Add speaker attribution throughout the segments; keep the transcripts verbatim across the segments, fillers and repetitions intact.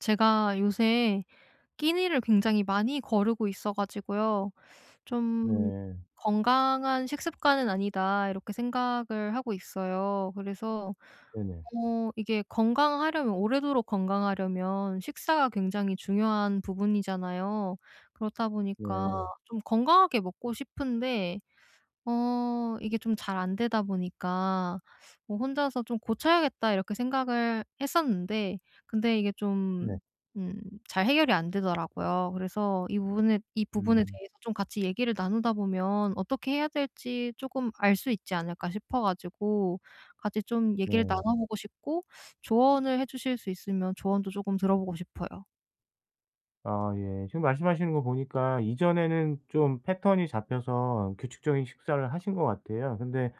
Speaker 1: 제가 요새 끼니를 굉장히 많이 거르고 있어 가지고요. 좀
Speaker 2: 네.
Speaker 1: '건강한 식습관은 아니다.' 이렇게 생각을 하고 있어요. 그래서
Speaker 2: 네네.
Speaker 1: 어 이게 건강하려면 오래도록 건강하려면 식사가 굉장히 중요한 부분이잖아요. 그렇다 보니까
Speaker 2: 네.
Speaker 1: 좀 건강하게 먹고 싶은데 어 이게 좀 잘 안 되다 보니까 뭐 '혼자서 좀 고쳐야겠다.' 이렇게 생각을 했었는데 근데 이게
Speaker 2: 네.
Speaker 1: 좀 음 잘 해결이 안 되더라고요. 그래서 이 부분에 이 부분에
Speaker 2: 음.
Speaker 1: 대해서 좀 같이 얘기를 나누다 보면 어떻게 해야 될지 조금 알 수 있지 않을까 싶어 가지고 같이 좀 얘기를
Speaker 2: 네.
Speaker 1: 나눠 보고 싶고, 조언을 해 주실 수 있으면 조언도 조금 들어보고 싶어요.
Speaker 2: 아, 예. 지금 말씀하시는 거 보니까 이전에는 좀 패턴이 잡혀서 규칙적인 식사를 하신 것 같아요. 근데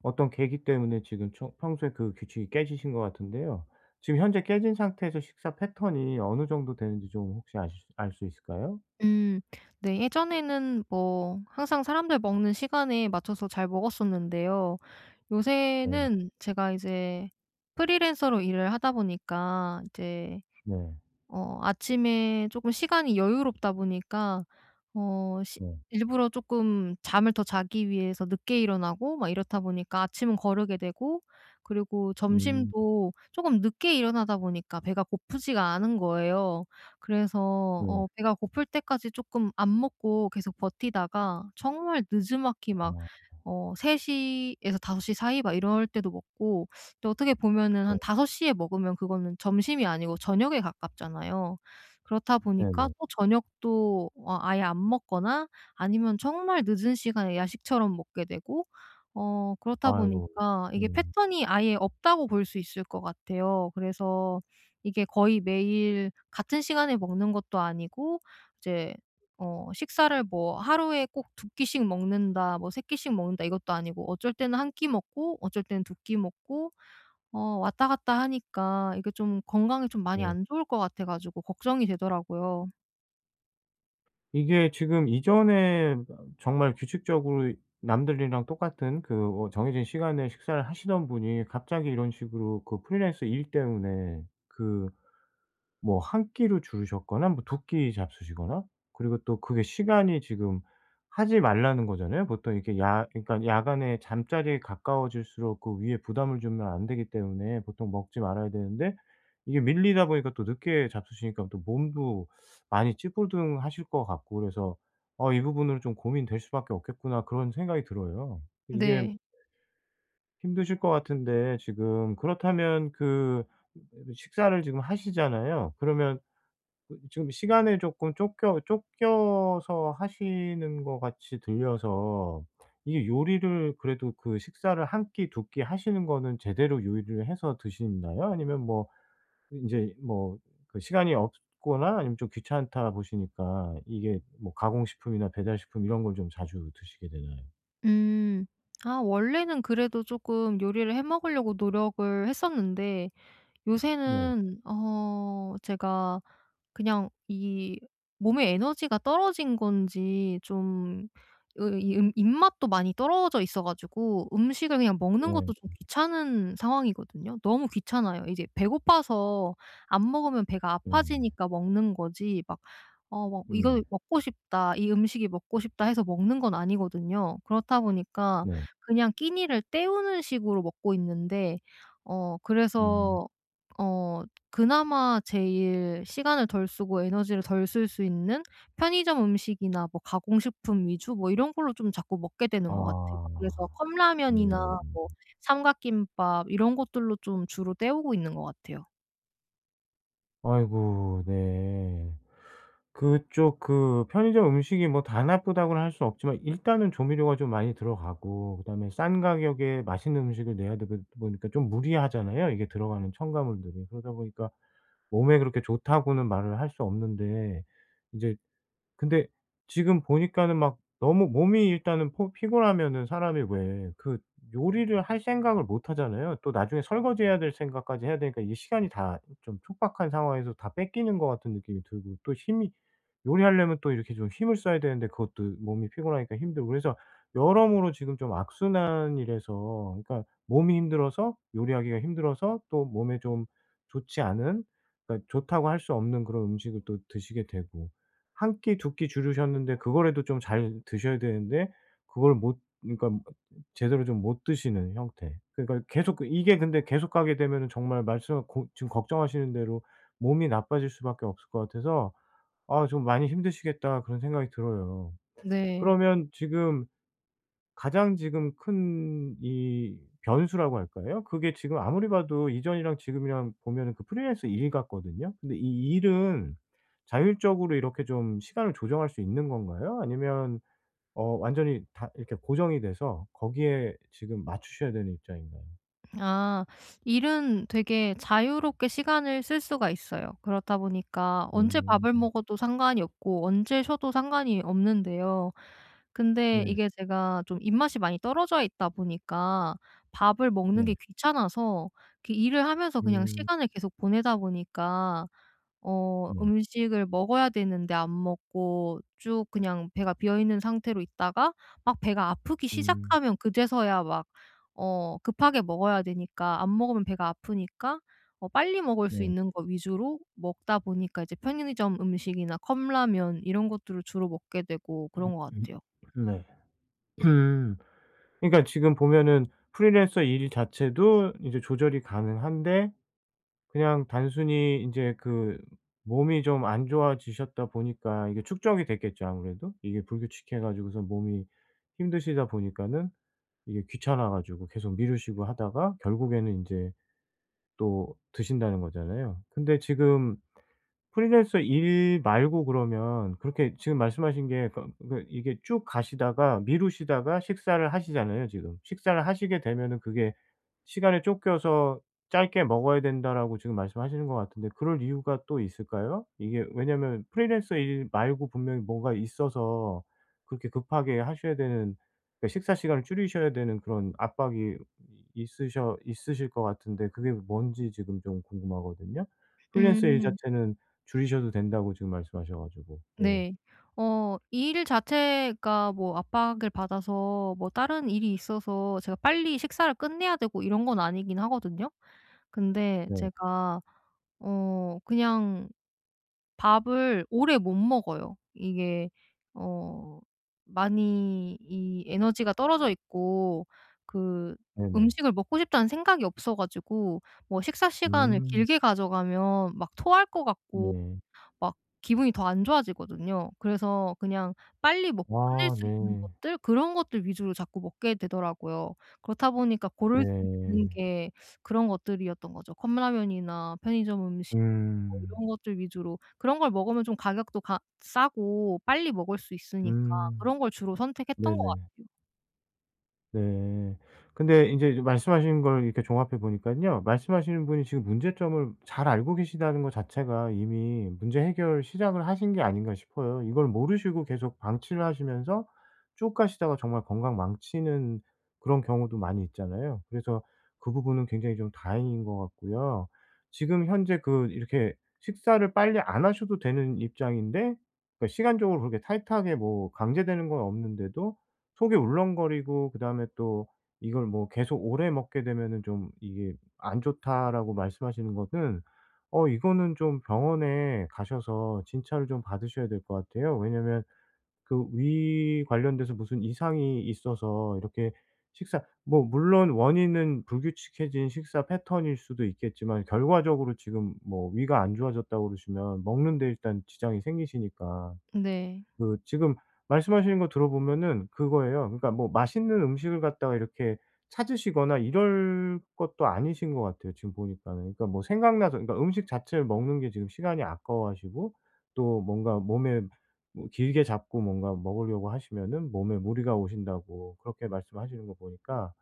Speaker 2: 어떤 계기 때문에 지금 청 평소에 그 규칙이 깨지신 것 같은데요. 지금 현재 깨진 상태에서 식사 패턴이 어느 정도 되는지 좀 혹시 아실 수 알 수 있을까요?
Speaker 1: 음 네, 예전에는 뭐 항상 사람들 먹는 시간에 맞춰서 잘 먹었었는데요.
Speaker 2: 네.
Speaker 1: 요새는 제가 이제 프리랜서로 일을 하다 보니까 이제
Speaker 2: 네.
Speaker 1: 어 아침에 조금 시간이 여유롭다 보니까 어 시
Speaker 2: 네.
Speaker 1: 일부러 조금 잠을 더 자기 위해서 늦게 일어나고 막 이렇다 보니까 아침은 거르게 되고, 그리고
Speaker 2: 음.
Speaker 1: 점심도 조금 늦게 일어나다 보니까 배가 고프지가 않은 거예요. 그래서
Speaker 2: 네.
Speaker 1: 어 배가 고플 때까지 조금 안 먹고 계속 버티다가 정말 느지막히 막
Speaker 2: 아.
Speaker 1: 어 세 시에서 다섯 시 사이 막 이럴 때도 먹고, 근데 어떻게 보면은
Speaker 2: 네.
Speaker 1: 한다섯 시에 먹으면 그거는 점심이 아니고 저녁에 가깝잖아요. 그렇다 보니까
Speaker 2: 네네.
Speaker 1: 또 저녁도 어 아예 안 먹거나 아니면 정말 늦은 시간에 야식처럼 먹게 되고, 어 그렇다
Speaker 2: 아이고.
Speaker 1: 보니까 이게
Speaker 2: 네.
Speaker 1: 패턴이 아예 없다고 볼 수 있을 것 같아요. 그래서 이게 거의 매일 같은 시간에 먹는 것도 아니고 이제 어 식사를 뭐 하루에 꼭 두 끼씩 먹는다 뭐 세 끼씩 먹는다 이것도 아니고, 어쩔 때는 한 끼 먹고 어쩔 때는 두 끼 먹고 어 왔다 갔다 하니까 이게 좀 건강에 좀 많이
Speaker 2: 네.
Speaker 1: 안 좋을 것 같아 가지고 걱정이 되더라고요.
Speaker 2: 이게 지금 이전에 정말 규칙적으로 남들이랑 똑같은 그 어 정해진 시간에 식사를 하시던 분이 갑자기 이런 식으로 그 프리랜서 일 때문에 그 뭐 한 끼로 줄으셨거나 뭐 두 끼 잡수시거나, 그리고 또 그게 시간이 지금 하지 말라는 거잖아요. 보통 이렇게 야 그러니까 야간에 잠자리에 가까워질수록 그 위에 부담을 주면 안 되기 때문에 보통 먹지 말아야 되는데, 이게 밀리다 보니까 또 늦게 잡수시니까 또 몸도 많이 찌뿌둥하실 것 같고, 그래서 '어, 이 부분으로 좀 고민될 수밖에 없겠구나.' 그런 생각이 들어요. 이게
Speaker 1: 네.
Speaker 2: 힘드실 것 같은데, 지금 그렇다면 그 식사를 지금 하시잖아요. 그러면 그 지금 시간에 조금 쫓겨 쫓겨서 하시는 것 같이 들려서, 이게 요리를 그래도 그 식사를 한 끼 두 끼 하시는 거는 제대로 요리를 해서 드시나요? 아니면 뭐 인제 뭐 그 시간이 없거나 아니면 좀 귀찮다 보시니까 이게 뭐 가공식품이나 배달식품 이런 걸 좀 자주 드시게 되나요?
Speaker 1: 음. 아, 원래는 그래도 쪼끔 요리를 해 먹으려고 노력을 했었는데,
Speaker 2: 네.
Speaker 1: 요새는 어 제가 그냥 이 몸의 에너지가 떨어진 건지 좀 으 이 음 입맛도 많이 떨어져 있어 가지고 음식을 그냥 먹는 것도
Speaker 2: 네.
Speaker 1: 좀 귀찮은 상황이거든요. 너무 귀찮아요. 이제 배고파서 안 먹으면 배가
Speaker 2: 네.
Speaker 1: 아파지니까 먹는 거지, 막 어 막
Speaker 2: 네.
Speaker 1: '이걸 먹고 싶다. 이 음식이 먹고 싶다.' 해서 먹는 건 아니거든요. 그렇다 보니까
Speaker 2: 네.
Speaker 1: 그냥 끼니를 때우는 식으로 먹고 있는데 어
Speaker 2: 음.
Speaker 1: 그래서 어 그나마 제일 시간을 덜 쓰고 에너지를 덜 쓸 수 있는 편의점 음식이나 뭐 가공식품 위주 뭐 이런 걸로 좀 자꾸 먹게 되는 것 같아요.
Speaker 2: 아.
Speaker 1: 그래서
Speaker 2: 네.
Speaker 1: 컵라면이나 뭐 삼각김밥 이런 것들로 좀 주로 때우고 있는 것 같아요.
Speaker 2: 아이고, 네. 그쪽 그 편의점 음식이 뭐 다 나쁘다고는 할 수 없지만, 일단은 조미료가 좀 많이 들어가고 그다음에 싼 가격에 맛있는 음식을 내야 되다 보니까 좀 무리하잖아요, 이게 들어가는 첨가물들이. 그러다 보니까 몸에 그렇게 좋다고는 말을 할 수 없는데, 이제 근데 지금 보니까는 막 너무 몸이 일단은 포 피곤하면은 사람이 왜 그 요리를 할 생각을 못 하잖아요. 또 나중에 설거지해야 될 생각까지 해야 되니까 이게 시간이 다 좀 촉박한 상황에서 다 뺏기는 것 같은 느낌이 들고, 또 힘이 요리하려면 또 이렇게 좀 힘을 써야 되는데, 그것도 몸이 피곤하니까 힘들고, 그래서 여러모로 지금 좀 악순환이라서, 그러니까 몸이 힘들어서 요리하기가 힘들어서 또 몸에 좀 좋지 않은, 그러니까 좋다고 할 수 없는 그런 음식을 또 드시게 되고, 한 끼 두 끼 줄이셨는데 그거라도 좀 잘 드셔야 되는데 그걸 못, 그러니까 뭐 제대로 좀 못 드시는 형태. 그러니까 계속 그 이게 근데 계속 가게 되면은 정말 말씀 고 지금 걱정하시는 대로 몸이 나빠질 수밖에 없을 것 같아서, '아, 좀 많이 힘드시겠다.' 그런 생각이 들어요.
Speaker 1: 네.
Speaker 2: 그러면 지금 가장 지금 큰 이 변수라고 할까요? 그게 지금 아무리 봐도 이전이랑 지금이랑 보면은 그 프리랜서 일 같거든요. 근데 이 일은 자율적으로 이렇게 좀 시간을 조정할 수 있는 건가요? 아니면 어 완전히 다 이렇게 고정이 돼서 거기에 지금 맞추셔야 되는 입장인가요?
Speaker 1: 아. 일은 되게 자유롭게 시간을 쓸 수가 있어요. 그렇다 보니까 언제 밥을
Speaker 2: 음.
Speaker 1: 먹어도 상관이 없고 언제 쉬어도 상관이 없는데요. 근데
Speaker 2: 네.
Speaker 1: 이게 제가 좀 입맛이 많이 떨어져 있다 보니까 밥을 먹는 게
Speaker 2: 네.
Speaker 1: 귀찮아서, 이렇게 일을 하면서 그냥
Speaker 2: 음.
Speaker 1: 시간을 계속 보내다 보니까 어
Speaker 2: 네.
Speaker 1: 음식을 먹어야 되는데 안 먹고 쭉 그냥 배가 비어 있는 상태로 있다가 막 배가 아프기
Speaker 2: 음.
Speaker 1: 시작하면 그제서야 막 어 급하게 먹어야 되니까, 안 먹으면 배가 아프니까 어 빨리 먹을 수
Speaker 2: 네.
Speaker 1: 있는 거 위주로 먹다 보니까 이제 편의점 음식이나 컵라면 이런 것들을 주로 먹게 되고 그런 것
Speaker 2: 음.
Speaker 1: 같아요.
Speaker 2: 네. 음. 그러니까 지금 보면은 프리랜서 일 자체도 이제 조절이 가능한데, 그냥 단순히 인제 그 몸이 좀 안 좋아지셨다 보니까 이게 축적이 됐겠죠 아무래도. 이게 불규칙해 가지고서 몸이 힘드시다 보니까는 이게 귀찮아 가지고 계속 미루시고 하다가 결국에는 인제 또 드신다는 거잖아요. 근데 지금 프리랜서 일 말고 그러면 그렇게 지금 말씀하신 게 그 그 이게 쭉 가시다가 미루시다가 식사를 하시잖아요 지금. 식사를 하시게 되면은 그게 시간에 쫓겨서 "짧게 먹어야 된다."라고 지금 말씀하시는 것 같은데, 그럴 이유가 또 있을까요? 이게 왜냐면 프리랜서 일 말고 분명히 뭔가 있어서 그렇게 급하게 하셔야 되는, 그러니까 식사 시간을 줄이셔야 되는 그런 압박이 있으셔 있으실 것 같은데, 그게 뭔지 지금 좀 궁금하거든요. 프리랜서 일
Speaker 1: 음
Speaker 2: 자체는 줄이셔도 된다고 지금 말씀하셔 가지고. 예.
Speaker 1: 네. 어 일 자체가 뭐 압박을 받아서 뭐 다른 일이 있어서 제가 빨리 식사를 끝내야 되고 이런 건 아니긴 하거든요. 근데
Speaker 2: 네.
Speaker 1: 제가 어 그냥 밥을 오래 못 먹어요. 이게 어 많이 이 에너지가 떨어져 있고, 그
Speaker 2: 네네.
Speaker 1: 음식을 먹고 싶다는 생각이 없어 가지고 뭐 식사 시간을
Speaker 2: 음.
Speaker 1: 길게 가져가면 막 토할 것 같고
Speaker 2: 네.
Speaker 1: 막 기분이 더 안 좋아지거든요. 그래서 그냥 빨리 먹고 끝낼
Speaker 2: 아,
Speaker 1: 수 있는
Speaker 2: 네.
Speaker 1: 것들, 그런 것들 위주로 자꾸 먹게 되더라고요. 그렇다 보니까 고를 수 있는
Speaker 2: 네.
Speaker 1: 게 그런 것들이었던 거죠. 컵라면이나 편의점 음식 뭐
Speaker 2: 음.
Speaker 1: 이런 것들 위주로, 그런 걸 먹으면 좀 가격도 가 싸고 빨리 먹을 수 있으니까
Speaker 2: 음.
Speaker 1: 그런 걸 주로 선택했던 것
Speaker 2: 네네.
Speaker 1: 같아요.
Speaker 2: 네. 근데 인제 말씀하신 걸 이렇게 종합해 보니깐요, 말씀하시는 분이 지금 문제점을 잘 알고 계시다는 거 자체가 이미 문제 해결 시작을 하신 게 아닌가 싶어요. 이걸 모르시고 계속 방치를 하시면서 쭉 가시다가 정말 건강 망치는 그런 경우도 많이 있잖아요. 그래서 그 부분은 굉장히 좀 다행인 것 같고요. 지금 현재 그 이렇게 식사를 빨리 안 하셔도 되는 입장인데, 그러니까 시간적으로 그렇게 타이트하게 뭐 강제되는 건 없는데도 속이 울렁거리고 그다음에 또 이걸 뭐 "계속 오래 먹게 되면은 좀 이게 안 좋다."라고 말씀하시는 거는, 어 이거는 좀 병원에 가셔서 진찰을 좀 받으셔야 될 것 같아요. 왜냐면 그 위 관련돼서 무슨 이상이 있어서 이렇게 식사, 뭐 물론 원인은 불규칙해진 식사 패턴일 수도 있겠지만 결과적으로 지금 뭐 "위가 안 좋아졌다."고 그러시면 먹는 데 일단 지장이 생기시니까.
Speaker 1: 네.
Speaker 2: 그 지금 말씀하시는 거 들어보면은 그거예요. 그러니까 뭐 맛있는 음식을 갖다가 이렇게 찾으시거나 이럴 것도 아니신 것 같아요 지금 보니까는. 그러니까 뭐 생각나서, 그러니까 음식 자체를 먹는 게 지금 시간이 아까워하시고 또 뭔가 몸에 뭐 길게 잡고 뭔가 먹으려고 하시면은 몸에 무리가 오신다고 그렇게 말씀하시는 거 보니까,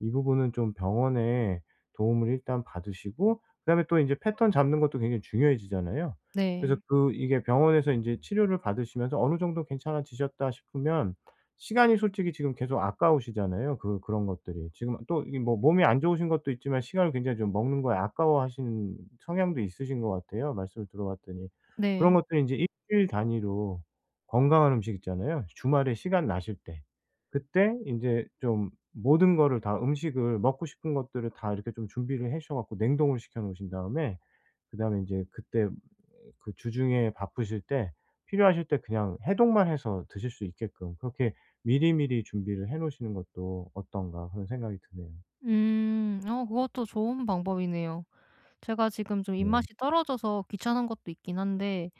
Speaker 2: 이 부분은 좀 병원에 도움을 일단 받으시고, 그다음에 또 인제 패턴 잡는 것도 굉장히 중요해지잖아요. 그래서
Speaker 1: 네.
Speaker 2: 그 이게 병원에서 인제 치료를 받으시면서 어느 정도 괜찮아지셨다 싶으면, 시간이 솔직히 지금 계속 아까우시잖아요 그 그런 것들이. 지금 또 이 뭐 몸이 안 좋으신 것도 있지만 시간을 굉장히 좀 먹는 거에 아까워하시는 성향도 있으신 것 같아요 말씀을 들어봤더니. 그런
Speaker 1: 네.
Speaker 2: 것들이 인제 일주일 단위로 건강한 음식 있잖아요. 주말에 시간 나실 때 그때 이제 좀 모든 거를 다, 음식을 먹고 싶은 것들을 다 이렇게 좀 준비를 해 주셔 갖고 냉동을 시켜 놓으신 다음에, 그다음에 인제 그때 그 주중에 바쁘실 때 필요하실 때 그냥 해동만 해서 드실 수 있게끔 그렇게 미리미리 준비를 해 놓으시는 것도 어떤가 그런 생각이 드네요.
Speaker 1: 음. 어 그것도 좋은 방법이네요. 제가 지금 좀
Speaker 2: 네.
Speaker 1: 입맛이 떨어져서 귀찮은 것도 있긴 한데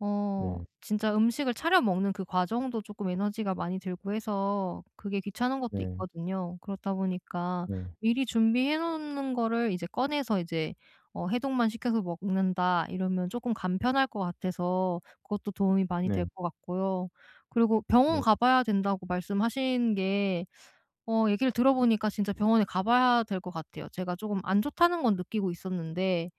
Speaker 1: 어
Speaker 2: 네.
Speaker 1: 진짜 음식을 차려 먹는 그 과정도 조금 에너지가 많이 들고 해서 그게 귀찮은 것도
Speaker 2: 네.
Speaker 1: 있거든요. 그렇다 보니까
Speaker 2: 네.
Speaker 1: 미리 준비해 놓는 거를 이제 꺼내서 이제 어 '해동만 시켜서 먹는다.' 이러면 조금 간편할 것 같아서 그것도 도움이 많이 될
Speaker 2: 네.
Speaker 1: 것 같고요. 그리고 병원
Speaker 2: 네.
Speaker 1: 가 봐야 된다고 말씀하신 게 어 얘기를 들어 보니까 진짜 병원에 가 봐야 될 것 같아요. 제가 조금 안 좋다는 건 느끼고 있었는데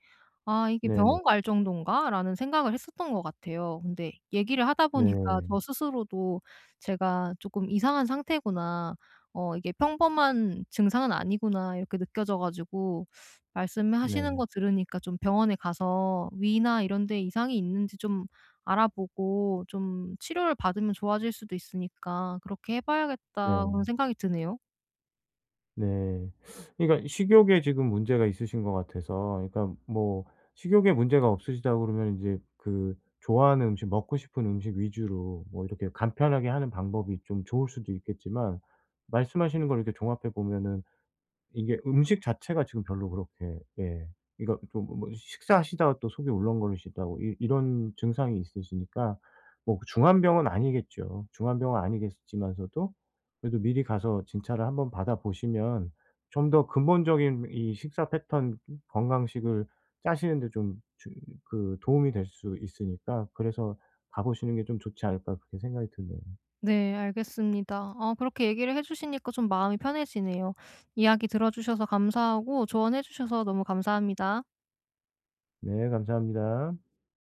Speaker 1: '아, 이게
Speaker 2: 네네.
Speaker 1: 병원 갈 정돈가?'라는 생각을 했었던 것 같아요. 근데 얘기를 하다
Speaker 2: 네.
Speaker 1: 보니까
Speaker 2: 네.
Speaker 1: 저 스스로도 제가 조금 이상한 상태구나. 어 이게 평범한 증상은 아니구나.' 이렇게 느껴져 가지고, 말씀하시는
Speaker 2: 네.
Speaker 1: 거 들으니까 좀 병원에 가서 위나 이런 데 이상이 있는지 좀 알아보고 좀 치료를 받으면 좋아질 수도 있으니까 '그렇게 해 봐야겠다.'
Speaker 2: 네.
Speaker 1: 그런 생각이 드네요.
Speaker 2: 네. 그러니까 식욕에 지금 문제가 있으신 것 같아서, 그러니까 뭐 식욕에 문제가 없으시다고 그러면 이제 그 좋아하는 음식 먹고 싶은 음식 위주로 뭐 이렇게 간편하게 하는 방법이 좀 좋을 수도 있겠지만, 말씀하시는 걸 이렇게 종합해 보면은 이게 음식 자체가 지금 별로 그렇게, 예, 그러니까 좀 뭐 식사하시다가 또 속이 울렁거리시다고 이 이런 증상이 있으시니까, 뭐 그 중환병은 아니겠죠. 중환병은 아니겠지만서도 그래도 미리 가서 진찰을 한번 받아 보시면 좀 더 근본적인 이 식사 패턴, 건강식을 짜시는 데 좀 주 그 도움이 될 수 있으니까, 그래서 가 보시는 게 좀 좋지 않을까 그렇게 생각이 드네요.
Speaker 1: 네, 알겠습니다. 아, 그렇게 얘기를 해 주시니까 좀 마음이 편해지네요. 이야기 들어 주셔서 감사하고 조언해 주셔서 너무 감사합니다.
Speaker 2: 네, 감사합니다.